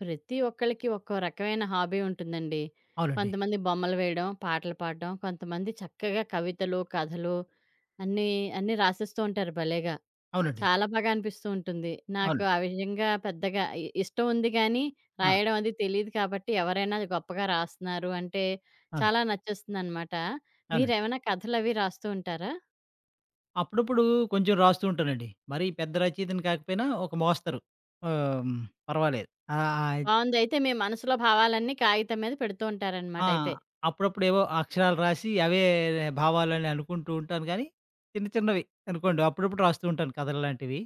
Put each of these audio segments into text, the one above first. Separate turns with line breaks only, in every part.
ప్రతి ఒక్కళ్ళకి ఒక్కో రకమైన హాబీ ఉంటుందండి.
అవునండి.
కొంతమంది బొమ్మలు వేయడం, పాటలు పాడడం, కొంతమంది చక్కగా కవితలు, కథలు అన్నీ, అన్నీ రాసేస్తూ ఉంటారు భలేగా.
అవునండి.
చాలా బాగా అనిపిస్తూ ఉంటుంది. నాకు
అవును.
ఆ విధంగా పెద్దగా ఇష్టం ఉంది గానీ,
ఆ!
రాయడం అది తెలీదు కాబట్టి ఎవరైనా గొప్పగా రాస్తున్నారు అంటే
అవును.
చాలా నచ్చేస్తుందనమాట.
అవునండి.
మీరేమైనా కథలవి రాస్తూ ఉంటారా?
అప్పుడప్పుడు కొంచెం రాస్తూ ఉంటానండి. మరీ పెద్ద రచయితని కాకపోయినా ఒక మోస్తరు. ఆహ్, హ్మ్. పర్వాలేదు. ఆహ్, ఆహ్
బావుంది. అయితే మీ మనసులో భావాలన్నీ కాగితం మీద పెడుతూ ఉంటారనమాట
ఆ!
అయితే.
అప్పుడప్పుడేవో అక్షరాలు రాసి అవే భావాలని అనుకుంటూ ఉంటాను గానీ, చిన్న చిన్నవి అనుకోండి. అప్పుడప్పుడు రాస్తూ ఉంటాను కథల్లాంటివి.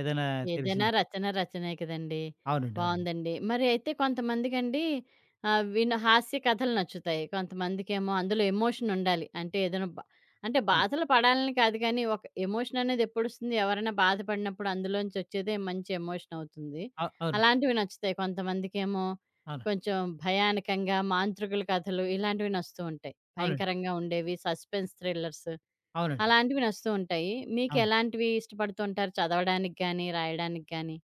ఏదైనా
ఏదైనా
తెలిసింది.
రచన రచనే కదండీ!
అవునండి. అవునండి.
బావుందండి. మరి అయితే కొంతమందికండి ఆహ్, విను హాస్య కథలు నచ్చుతాయి. కొంతమందికేమో అందులో ఎమోషన్ ఉండాలి. అంటే ఏదైనా బ అంటే
అవును.
బాధలు పడాలని కాదు కానీ, ఒక ఎమోషన్ అనేది ఎప్పుడొస్తుంది? ఎవరైనా బాధపడినప్పుడు అందులోంచి వచ్చేదే మంచి ఎమోషన్ అవుతుంది.
అవునండి.
అలాంటివి నచ్చుతాయి. కొంతమందికేమో
అవును.
కొంచెం భయానకంగా మాంత్రికుల కథలు ఇలాంటివి నచ్చుతూ ఉంటాయి.
అవునండి.
భయంకరంగా ఉండేవి సస్పెన్స్ థ్రిల్లర్స్.
అవునండి.
అలాంటివి నచ్చుతూ ఉంటాయి.
అవును.
మీకెలాంటివి ఇష్టపడుతుంటారు చదవడానికి గానీ, రాయడానికి గానీ?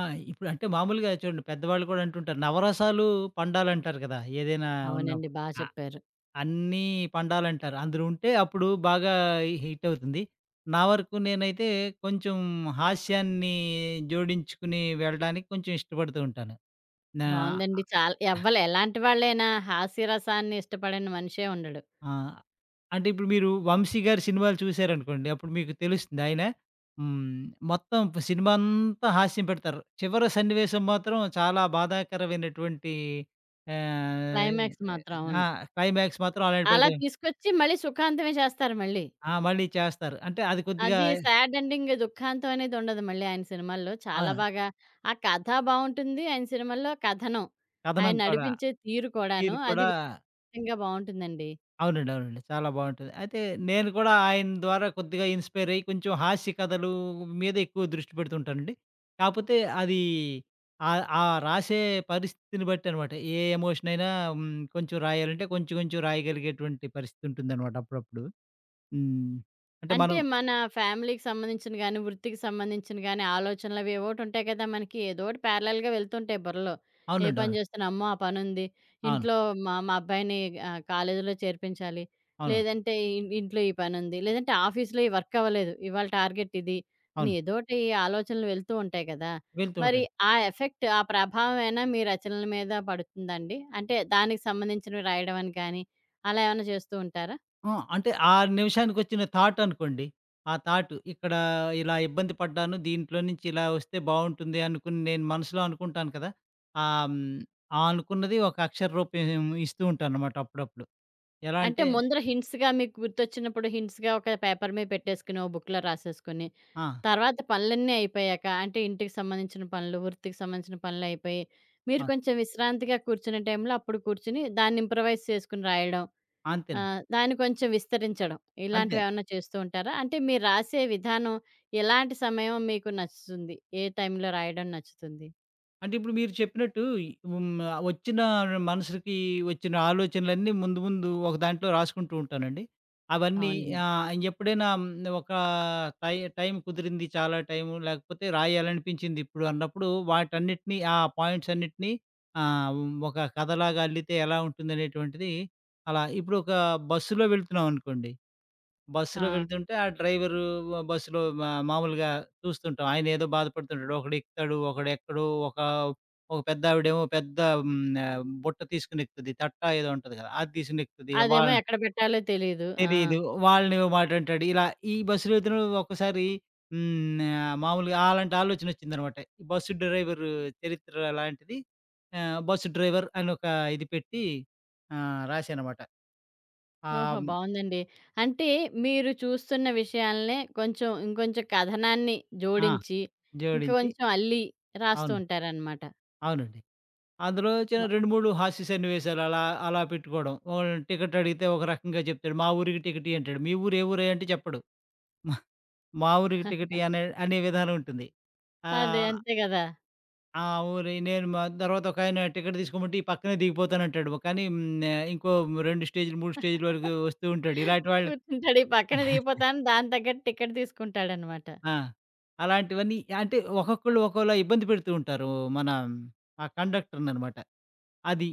ఆ! ఇప్పుడు అంటే మామూలుగా చూడండి పెద్దవాళ్ళు కూడా అంటుంటారు. నవరసాలు పండాలంటారు కదా! ఏదైనా
అవునండి.
ఉన్నప్పుడు.
బా చెప్పారు.
అన్నీ పండాలంటారు. అందులో ఉంటే అప్పుడు బాగా హిట్ అవుతుంది. నా వరకు నేనైతే కొంచెం హాస్యాన్ని జోడించుకుని వెళ్ళడానికి కొంచెం ఇష్టపడుతూ ఉంటాను. నా
బావుందండి. చాలా ఎవ్వలు ఎలాంటి వాళ్ళైనా హాస్యరసాన్ని ఇష్టపడని మనిషే ఉండడు.
ఆహ్, అంటే ఇప్పుడు మీరు 'వంశీ' గారి సినిమాలు చూసారనుకోండి. అప్పుడు మీకు తెలుస్తుంది ఆయన హ్మ్. మొత్తం సినిమా అంతా హాస్యం పెడతారు. చివరి సన్నివేశం మాత్రం చాలా బాధాకరమైనటువంటి ఆహ్,
క్లైమాక్స్ మాత్రం
ఆ!
అవును.
క్లైమాక్స్ మాత్రం అలాంటి
అలా
పెడతారు.
తీసుకొచ్చి మళ్ళీ సుఖాంతమే చేస్తారు మళ్ళీ.
ఆ! మళ్ళీ చేస్తారు. అంటే అది కొద్దిగా
అది సాడ్ ఎండింగ్, దుఃఖాంతం అనేది ఉండదు మళ్ళీ ఆయన సినిమాల్లో.
ఆ!
చాలా బాగా ఆ కథ బావుంటుంది. ఆయన సినిమాల్లో కథనం, ఆయన
కథనం కూడా.
నడిపించే తీరు కూడాను
తీరు
అది
కూడా
విపరీతంగా బావుంటుందండి.
అవునండి. అవునండి. చాలా బావుంటది. అయితే నేను కూడా ఆయన ద్వారా కొద్దిగా ఇన్‌స్పైర్ అయ్యి కొంచెం హాస్య కథలు మీద ఎక్కువ దృష్టి పెడుతుంటానండి. కాపోతే అది ఆ రాసే పరిస్థితిని బట్టి అనమాట. ఏ ఎమోషన్ అయినా హ్మ్, కొంచెం రాయాలంటే కొంచెం కొంచెం రాయగలిగేటువంటి పరిస్థితి ఉంటుందనమాట అప్పుడప్పుడు. హ్మ్. అంటే
అంటే
మనం
మన ఫ్యామిలీకి సంబంధించిన గాని, వృత్తికి సంబంధించిన గాని ఆలోచనలవి ఏవోటుంటాయి కదా! మనకి ఏదో ఒకటి ప్యారలల్‌గా వెళ్తుంటాయి బుర్రలో. ఏ
అవునండి.
పని
అవును.
చేస్తున్నా, అమ్మో! ఆ పనుంది.
అవును.
ఇంట్లో మా మా అబ్బాయిని కాలేజీలో చేర్పించాలి.
అవును.
లేదంటే ఇంట్లో ఈ పనుంది. లేదంటే ఆఫీస్‌లో ఈ వర్క్ అవ్వలేదు. ఇవాళ టార్గెట్ ఇది. అని
అవును.
ఏదో ఒకటి ఆలోచనలు వెళ్తూ ఉంటాయి కదా!
వెళ్తూ
మరి
ఉంటాయి.
ఆ ఎఫెక్ట్, ఆ ప్రభావం ఏమైనా మీ రచనల మీద పడుతుందా అండి? అంటే దానికి సంబంధించినవి రాయడం అని కానీ, అలా ఏమైనా చేస్తూ ఉంటారా?
ఆ! అంటే ఆ నిమిషానికొచ్చిన థాట్ అనుకోండి. ఆ థాట్ ఇక్కడ ఇలా ఇబ్బంది పడ్డాను. దీంట్లో నుంచి ఇలా వస్తే బావుంటుంది అనుకుని నేను మనసులో అనుకుంటాను కదా! ఆహ్, హ్మ్, ఆ అనుకున్నది ఒక అక్షర రూపం ఇస్తూ ఉంటాననమాట అప్పుడప్పుడు. ఎలా
అంటే
అంటే
ముందర హింట్స్‌గా మీకు గుర్తొచ్చినప్పుడు హింట్స్‌గా ఒక పేపర్ మీద పెట్టేసుకొని, ఓ బుక్‌లో రాసేసుకొని,
ఆ!
తర్వాత పనులన్నీ అయిపోయాక అంటే ఇంటికి సంబంధించిన పనులు, వృత్తికి సంబంధించిన పనులయిపోయి, మీరు
ఆ!
కొంచెం విశ్రాంతిగా కూర్చునే టైంలో అప్పుడు కూర్చొని దాన్ని ఇంప్రవైజ్ చేసుకొని రాయడం.
అంతేనండి.
దాన్ని కొంచెం విస్తరించడం.
అంతే.
ఇలాంటివేమన్నా చేస్తూ ఉంటారా? అంటే మీరు రాసే విధానం ఎలాంటి సమయం మీకు నచ్చుతుంది? ఏ టైంలో రాయడం నచ్చుతుంది?
అంటే ఇప్పుడు మీరు చెప్పినట్టు హ్మ్. వచ్చిన మనసుకి వచ్చిన ఆలోచనలన్నీ ముందు ముందు ఒక దాంట్లో రాసుకుంటూ ఉంటానండి. అవన్నీ
అవునండి.
ఎప్పుడైనా ఒక టైం కుదిరింది చాలా టైము లేకపోతే రాయాలనిపించింది ఇప్పుడు అన్నప్పుడు వాటన్నిటిని ఆ పాయింట్స్ అన్నిటిని ఆహ్, ఒక కథలాగా అల్లితే ఎలా ఉంటుందనేటువంటిది అలా ఇప్పుడు ఒక బస్సులో వెళ్తున్నాం అనుకోండి. బస్సులో
ఆ!
వెళ్తుంటే ఆ డ్రైవరు బస్సులో మా మామూలుగా చూస్తుంటాం. ఆయనేదో బాధపడుతుంటాడు. ఒకడెక్కుతాడు, ఒకడెక్కడు, ఒక ఒక పెద్దావిడేమో పెద్ద హ్మ్, బుట్ట తీసుకొనెక్కుతది. తట్ట ఏదో ఉంటది కదా! అది తీసుకొనెక్కుతది.
అదేమో
వాళ్ళ
ఎక్కడ పెట్టాలో తెలీదు. ఆ!
తెలీదు. వాళ్ళనేవో మాటంటాడు. ఇలా ఈ బస్సులో వెళ్తున్నప్పుడు ఒక్కోసారి మామూలుగా అలాంటి ఆలోచనొచ్చిందనమాట. ఈ బస్సు డ్రైవరు చరిత్ర లాంటిది. బస్సు డ్రైవర్ అని ఒక ఇది పెట్టి రాశాననమాట. ఆహ్,
ఓహో!
హ్మ్,
బావుందండి. అంటే మీరు చూస్తున్న విషయాలనే కొంచెం ఇంకొంచెం కథనాన్ని
ఆ!
జోడించి, ఇంకా
జోడించి
కొంచెం అల్లి రాస్తూ
అవును.
ఉంటారనమాట.
అవునండి. అందులో చిన్న
వ
2, 3 హాస్య సన్నివేశాలు అలా, అలా పెట్టుకోవడం. వాళ్ళు టికెట్ అడిగితే ఒక రకంగా చెప్తాడు. మా ఊరికి టికెట్ ఇయ్యి అంటాడు. మీ ఊరు ఏ ఊరే అంటే చెప్పడు. మా మా ఊరికి టికెట్ ఇయ్యి అనే అనే విధానం ఉంటుంది.
అదే
ఆహ్,
అంతే గదా!
ఆ ఊరి నేను మా తర్వాత ఒకాయన టికెట్ తీసుకోమంటే ఈ పక్కనే దిగిపోతానంటాడు. కానీ ఇంకో 2 స్టేజ్‌లు, 3 స్టేజ్‌ల వరకు వస్తూ ఉంటాడు. ఇలాంటి వాళ్ళు
కూర్చుంటాడు. ఈ పక్కన దిగిపోతాను దానికి తగ్గట్టు టికెట్ తీసుకుంటాడనమాట.
ఆ! అలాంటివన్నీ అంటే ఒక్కొక్కళ్ళు ఒక్కోలా ఇబ్బంది పెడుతూ ఉంటారు. మన ఆ కండక్టర్‌ననమాట. అది.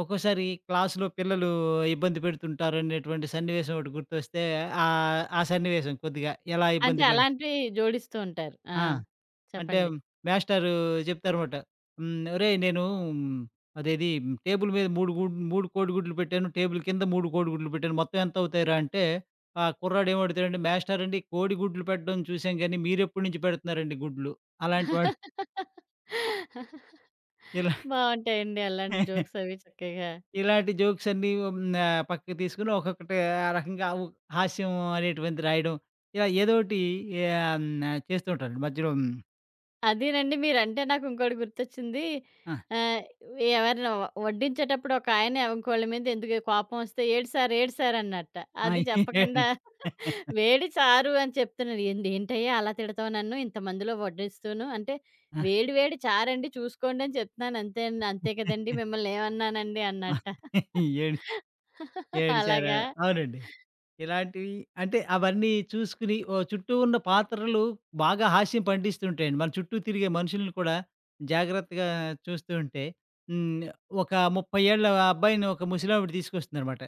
ఒక్కోసారి క్లాస్‌లో పిల్లలు ఇబ్బంది పెడుతుంటారనేటువంటి సన్నివేశం ఒకటి గుర్తొస్తే ఆ సన్నివేశం కొద్దిగా ఎలా
అంటే
ఇబ్బంది పెడు
అలాంటివి జోడిస్తూ ఉంటారు. ఆ!
ఆ! అంటే
చెప్పండి.
మాస్టారు చెప్తారన్నమాట. హ్మ్. "ఒరేయ్! నేను ఉమ్, అదేది టేబుల్ మీద 3 కోడిగుడ్లు పెట్టాను. టేబుల్ కింద 3 కోడిగుడ్లు పెట్టాను. మొత్తం ఎంత అవుతాయిరా?" అంటే ఆ కుర్రాడు ఏం అడుగుతాడంటే "మాస్టారండి కోడిగుడ్లు పెట్టడం చూసాం గానీ మీరెప్పటి నుంచి పెడుతున్నారండి గుడ్లు?" అలాంటి వాడు ఇలా
బావుంటాయండి అలాంటి జోక్స్ అవి చక్కగా.
ఇలాంటి జోక్స్ అన్నీ హ్మ్. పక్కకి తీసుకొని ఒక్కొక్కటి ఆ రకంగా ఉ హాస్యం అనేటువంటిది రాయడం. ఇలా ఏదోటి ఆహ్, హ్మ్. చేస్తూ ఉంటానండి మధ్యలో. హ్మ్.
అదేనండి. మీరంటే నాకు ఇంకోటి గుర్తొచ్చింది.
ఆ!
ఆహ్, ఎవరైనా వడ్డించేటప్పుడు ఒకాయన ఇంకోళ్ళ మీద ఎందుకు కోపం వస్తే "ఏడు సార్, ఏడు సార్" అన్నట్ట.
ఆ!
అది చెప్పకుండా "వేడి చారు" అని చెప్తున్నాడు. "ఏంది ఏంటయ్యా అలా తిడతావు నన్ను ఇంతమందిలో వడ్డిస్తూను" అంటే "వేడి వేడి చారండి చూసుకోండి" అని చెప్తున్నాను అంతే అండి. "అంతే కదండీ! మిమ్మల్ని ఏమన్నానండి"
ఆ,
అన్నట్ట.
ఏడు ఏడిసారా?
అలాగా?
అవునండి. ఇలాంటివి అంటే అవన్నీ చూసుకుని ఓ చుట్టూ ఉన్న పాత్రలు బాగా హాస్యం పండిస్తుంటాయండి. మన చుట్టూ తిరిగే మనుషుల్ని కూడా జాగ్రత్తగా చూస్తూ ఉంటే హ్మ్. ఒక 30 ఏళ్ల అబ్బాయిని ఒక ముసలావిడ తీసుకొస్తుందనమాట.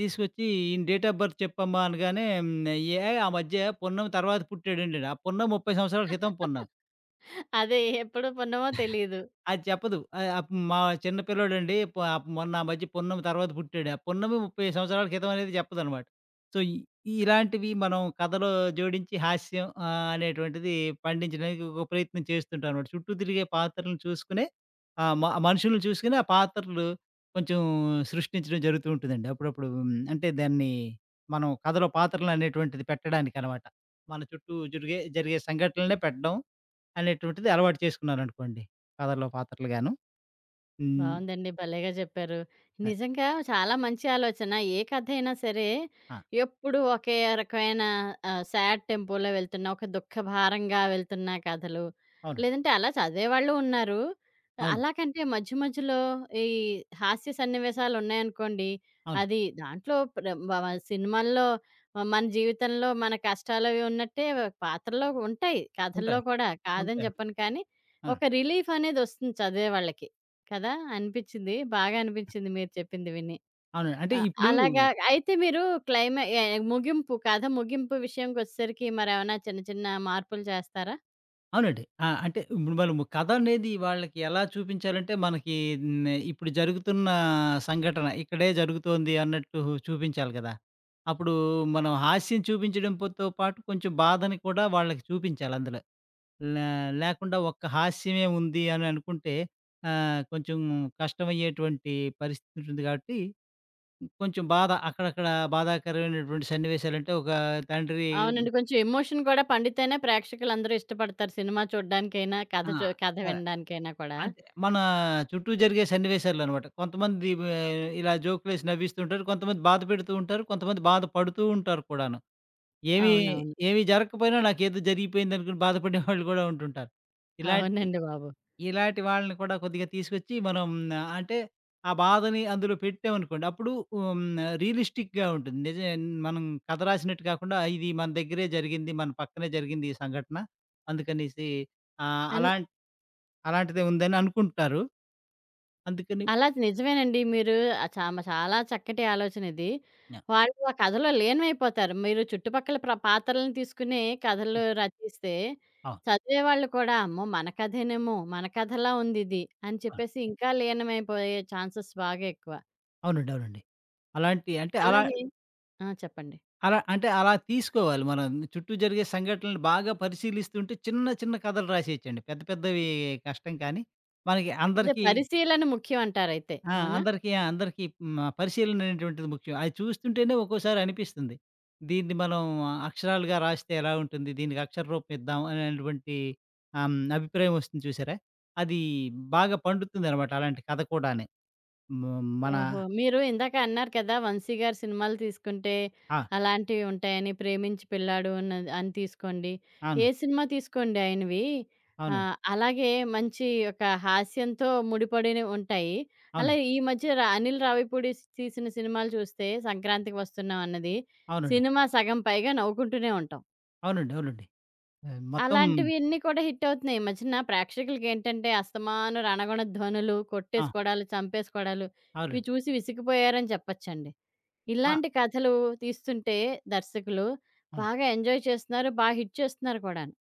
తీసుకొచ్చి ఈయన డేట్ ఆఫ్ బర్త్ చెప్పమ్మా అనగానే హ్మ్. ఏ ఆ మధ్య పున్నం తర్వాత పుట్టాడంటాడు. ఆ పున్నం 30 సంవత్సరాల క్రితం పున్నం.
అదే ఎప్పుడు పున్నమో తెలీదు.
అది చెప్పదు. ఆహ్, ఆహ్, మా చిన్న పిల్లోడండి ఆ మొన్న ఆ మధ్య పున్నమి తర్వాత పుట్టాడు. ఆ పున్నమి 30 సంవత్సరాల క్రితం అనేది చెప్పదనమాట. సో, ఇలాంటివి మనం కథలో జోడించి హాస్యం అనేటువంటిది పండించడానికి ఒక ప్రయత్నం చేస్తుంటాం అనమాట. చుట్టూ తిరిగే పాత్రలను చూసుకునే ఆహ్, మ ఆ మనుషులను చూసుకొని ఆ పాత్రలు కొంచెం సృష్టించడం జరుగుతూ ఉంటుందండి. అప్పుడప్పుడు హ్మ్. అంటే దాన్ని మనం కథలో పాత్రలు అనేటువంటిది పెట్టడానికనమాట. మన చుట్టూ జరిగే జరిగే సంఘటనలనే పెట్టడం అనేటువంటిది అలవాటు చేసుకున్నారనుకోండి. కథల్లో పాత్రలుగాను. హ్మ్.
బావుందండి. భలేగా జెప్పారు.
అది.
నిజంగా చాలా మంచి ఆలోచన. ఏ కథ అయినా సరే,
ఆ!
ఎప్పుడు ఒకే రకమైన సాడ్ టెంపోలో వెళ్తున్న, ఒక దుఃఖభారంగా వెళ్తున్న కథలు,
అవునండి.
లేదంటే అలా చదివేవాళ్ళు ఉన్నారు.
అవును.
అలా కంటే మధ్య మధ్యలో ఈ హాస్య సన్నివేశాలున్నాయనుకోండి,
అవును.
అది దాంట్లో ప్ర వ వ సినిమాల్లో మన జీవితంలో మన కష్టాలవి ఉన్నట్టే పాత్రలో ఉంటాయి. కథల్లో
ఉంటాయి.
కూడా కాదని
ఉంటాయి.
జెప్పను కానీ,
అవును.
ఒక రిలీఫనేదొస్తుంది చదివేవాళ్ళకి. కదా! అనిపిచ్చింది. బాగా అనిపిచ్చింది మీరు చెప్పింది విని.
అవును. అంటే ఇప్పుడు
అలాగా అయితే మీరు క్లైమా ఎ ముగింపు కథ ముగింపు విషయంకొచ్చేసరికి మరేమన్నా చిన్న చిన్న మార్పులు చేస్తారా?
అవునండి. ఆ! అంటే ఇప్పుడు మనము కథ అనేది వాళ్ళకి ఎలా చూపించాలంటే మనకి ఇప్పుడు జరుగుతున్న సంఘటన ఇక్కడే జరుగుతోంది అన్నట్టు చూపించాలి కదా! అప్పుడు మనం హాస్యం చూపించడంతో పాటు కొంచెం బాధని కూడా వాళ్ళకి చూపించాలి అందులో. లే లేకుండా ఒక్క హాస్యమే ఉంది అని అనుకుంటే కొంచెం కష్టమయ్యేటువంటి పరిస్థితి ఉంటుంది కాబట్టి, కొంచెం బాధ అక్కడక్కడ బాధాకరమైనటువంటి సన్నివేశాలంటే ఒక తండ్రి
అవునండి. కొంచెం ఎమోషన్ కూడా పండితేనే ప్రేక్షకులందరూ ఇష్టపడతారు. సినిమా చూడ్డానికైనా,
ఆ!
కథ
ఆహ్,
వినడానికైనా కూడా.
అంటే మన చుట్టూ జరిగే సన్నివేశాలనమాట. కొంతమంది వే ఇలా జోకులేసి నవ్విస్తూ ఉంటారు. కొంతమంది బాధ పెడుతూ ఉంటారు. కొంతమంది బాధపడుతూ ఉంటారు కూడాను. ఏమీ
అవునవును.
ఏమీ జరగకపోయినా నాకేదో జరిగిపోయిందనుకుని బాధపడేవాళ్ళు గూడా ఉంటుంటారు. ఇలాంటి
అవునండి బాబు.
ఇలాంటి వాళ్ళని కూడా కొద్దిగా తీసుకొచ్చి మనం అంటే ఆ బాధని అందులో పెట్టామనుకోండి. అప్పుడు హ్మ్. రియలిస్టిక్‌గా ఉంటుంది. మనం కథ రాసినట్టు కాకుండా ఇది మన దగ్గరే జరిగింది. మన పక్కనే జరిగింది ఈ సంఘటన. అందుకనేసి ఆహ్,
అన్
అలాం అలాంటిదే ఉందని అనుకుంటారు. అందుకని
అలా నిజమేనండి. మీరు ఆహ్, చామ చాలా చక్కటి ఆలోచనిది.
ఆ!
వాళ్ళు ఆ కథలో లీనమైపోతారు. మీరు చుట్టుపక్కల పాత్రలను తీసుకుని
ఆ!
కథలు రచిస్తే,
అవును.
చదివేవాళ్ళు కూడా అమ్మో! మన కథేనేమో! మన కథలా ఉందిది అని
అవును.
చెప్పేసి ఇంకా లీనమైపోయే ఛాన్సెస్ బాగా ఎక్కువ.
అవునండి. అవునండి. అలాంటి అంటే అలా
అలాగే ఆ! చెప్పండి.
అలా అంటే అలా తీసుకోవాలి. మనం చుట్టూ జరిగే సంఘటనలు బాగా పరిశీలిస్తుంటే చిన్న చిన్న కథలు రాసేయొచ్చండి. పెద్ద పెద్దవి కష్టం కానీ మనకి
అదే
అందరికీ
పరిశీలన ముఖ్యం అంటారైతే.
ఆ!
అవునా?
అందరికీ అందరికీ హ్మ్. పరిశీలన అనేటువంటిది ముఖ్యం. అది చూస్తుంటేనే ఒక్కోసారి అనిపిస్తుంది. దీన్ని మనం అక్షరాలుగా రాస్తే ఎలా ఉంటుంది? దీనికి అక్షర రూపం ఇద్దాం అనేటువంటి ఆహ్, హ్మ్. అభిప్రాయం వస్తుంది చూసారా? అది బాగా పండుతుందనమాట అలాంటి కథ కూడానే. హ్మ్. మన
ఓహో! మీరు ఇందాక అన్నారు కదా! 'వంశీ' గారి సినిమాలు తీసుకుంటే
ఆ!
అలాంటివి ఉంటాయని. 'ప్రేమించి పెళ్ళాడు' అన్ అని తీసుకోండి. ఏ
అవును.
సినిమా తీసుకోండి ఆయనవి
అవునండి.
అలాగే మంచి ఒక హాస్యంతో ముడిపడిన ఉంటాయి. అలా
అవునండి.
ఈ మధ్య అనిల్ రావిపూడి తీసిన సినిమాలు చూస్తే 'సంక్రాంతికి వస్తున్నాం' అన్నది.
అవునండి.
సినిమా సగం పైగా నవ్వుకుంటూనే ఉంటాం.
అవునండి. అవునండి. ఆ, మొత్తం
అలాంటివన్నీ కూడా హిట్టవుతున్నాయి. ఈ మధ్యన ప్రేక్షకులకేంటంటే అస్తమాను రణగొణ ధ్వనులు,
ఆ!
కొట్టేసుకోడాలు, చంపేసుకోడాలు ఇవి
అవునండి.
చూసి విసిగిపోయారని చెప్పొచ్చండి.
ఆ!
ఇలాంటి కథలు తీస్తుంటే దర్శకులు
అవును.
బాగా ఎంజాయ్ చేస్తున్నారు. బా హిట్ చేస్తున్నారు కూడాను.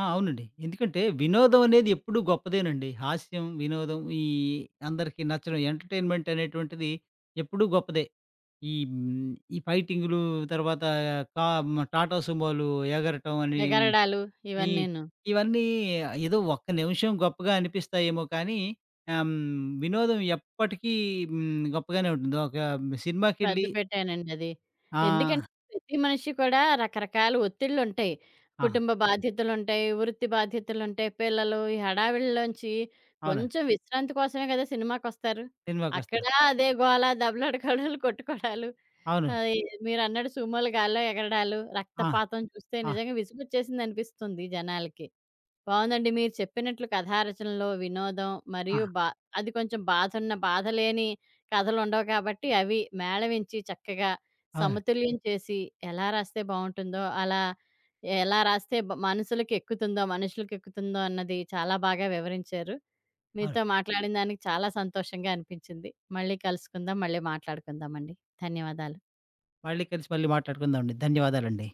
ఆ! అవునండి. ఎందుకంటే వినోదం అనేది ఎప్పుడూ గొప్పదేనండి. హాస్యం, వినోదం ఈ అందరికీ నచ్చడం ఎంటర్‌టైన్‌మెంట్ అనేటువంటిది ఎప్పుడూ గొప్పదే. ఈ ఈ ఫైటింగులు తర్వాత కా టాటా సుమోలు ఎగరటం అని
ఎగరడాలు
ఈ
ఇవన్నీను.
ఇవన్నీ ఏదో ఒక్క నిమిషం గొప్పగా అనిపిస్తాయేమో కానీ వినోదం ఎప్పటికీ గొప్పగానే ఉంటుంది. ఒక
పెద్ద
సినిమాకెళ్ళి
పెట్టానండి అది.
ఆ!
ఎందుకంటే, ప్రతి మనిషి కూడా రకరకాల ఒత్తిళ్ళుంటాయి.
ఆ!
కుటుంబ బాధ్యతలుంటాయి, వృత్తి బాధ్యతలుంటాయి, పిల్లలు ఈ హడావిడిలోంచి
అవునండి.
కొంచెం విశ్రాంతి కోసమే కదా సినిమాకొస్తారు. అక్కడ
సినిమాకొస్తారు.
అదే గోల, దెబ్బలాడుకోవడాలు, కొట్టుకోవడాలు.
అవును.
ఆహ్, ఈ మీరన్నట్టు సుమోలు గాల్లో ఎగరడాలు,
ఆ!
రక్తపాతం చూస్తే
ఆ!
నిజంగా విసుగొచ్చేసిందనిపిస్తుంది జనాలకి. బావుందండి. మీరు చెప్పినట్లు కథా రచనలో వినోదం
ఆ!
మరియు బా అది కొంచెం బాధున్న బాధ లేని కథలుండవు కాబట్టి అవి మేళవించి చక్కగా
అవునండి.
సమతుల్యం చేసి ఎలా రాస్తే బావుంటుందో, అలా ఎలా రాస్తే బ మనసులకెక్కుతుందో, మనుషులకెక్కుతుందో అన్నది చాలా బాగా వివరించారు.
అవును.
మీతో మాట్లాడిన దానికి చాలా సంతోషంగా అనిపించింది. మళ్ళీ కలుసుకుందాం. మళ్ళీ మాట్లాడుకుందామండి. ధన్యవాదాలు.
మళ్ళీ కలిసి మళ్ళీ మాట్లాడుకుందామండి. ధన్యవాదాలండి.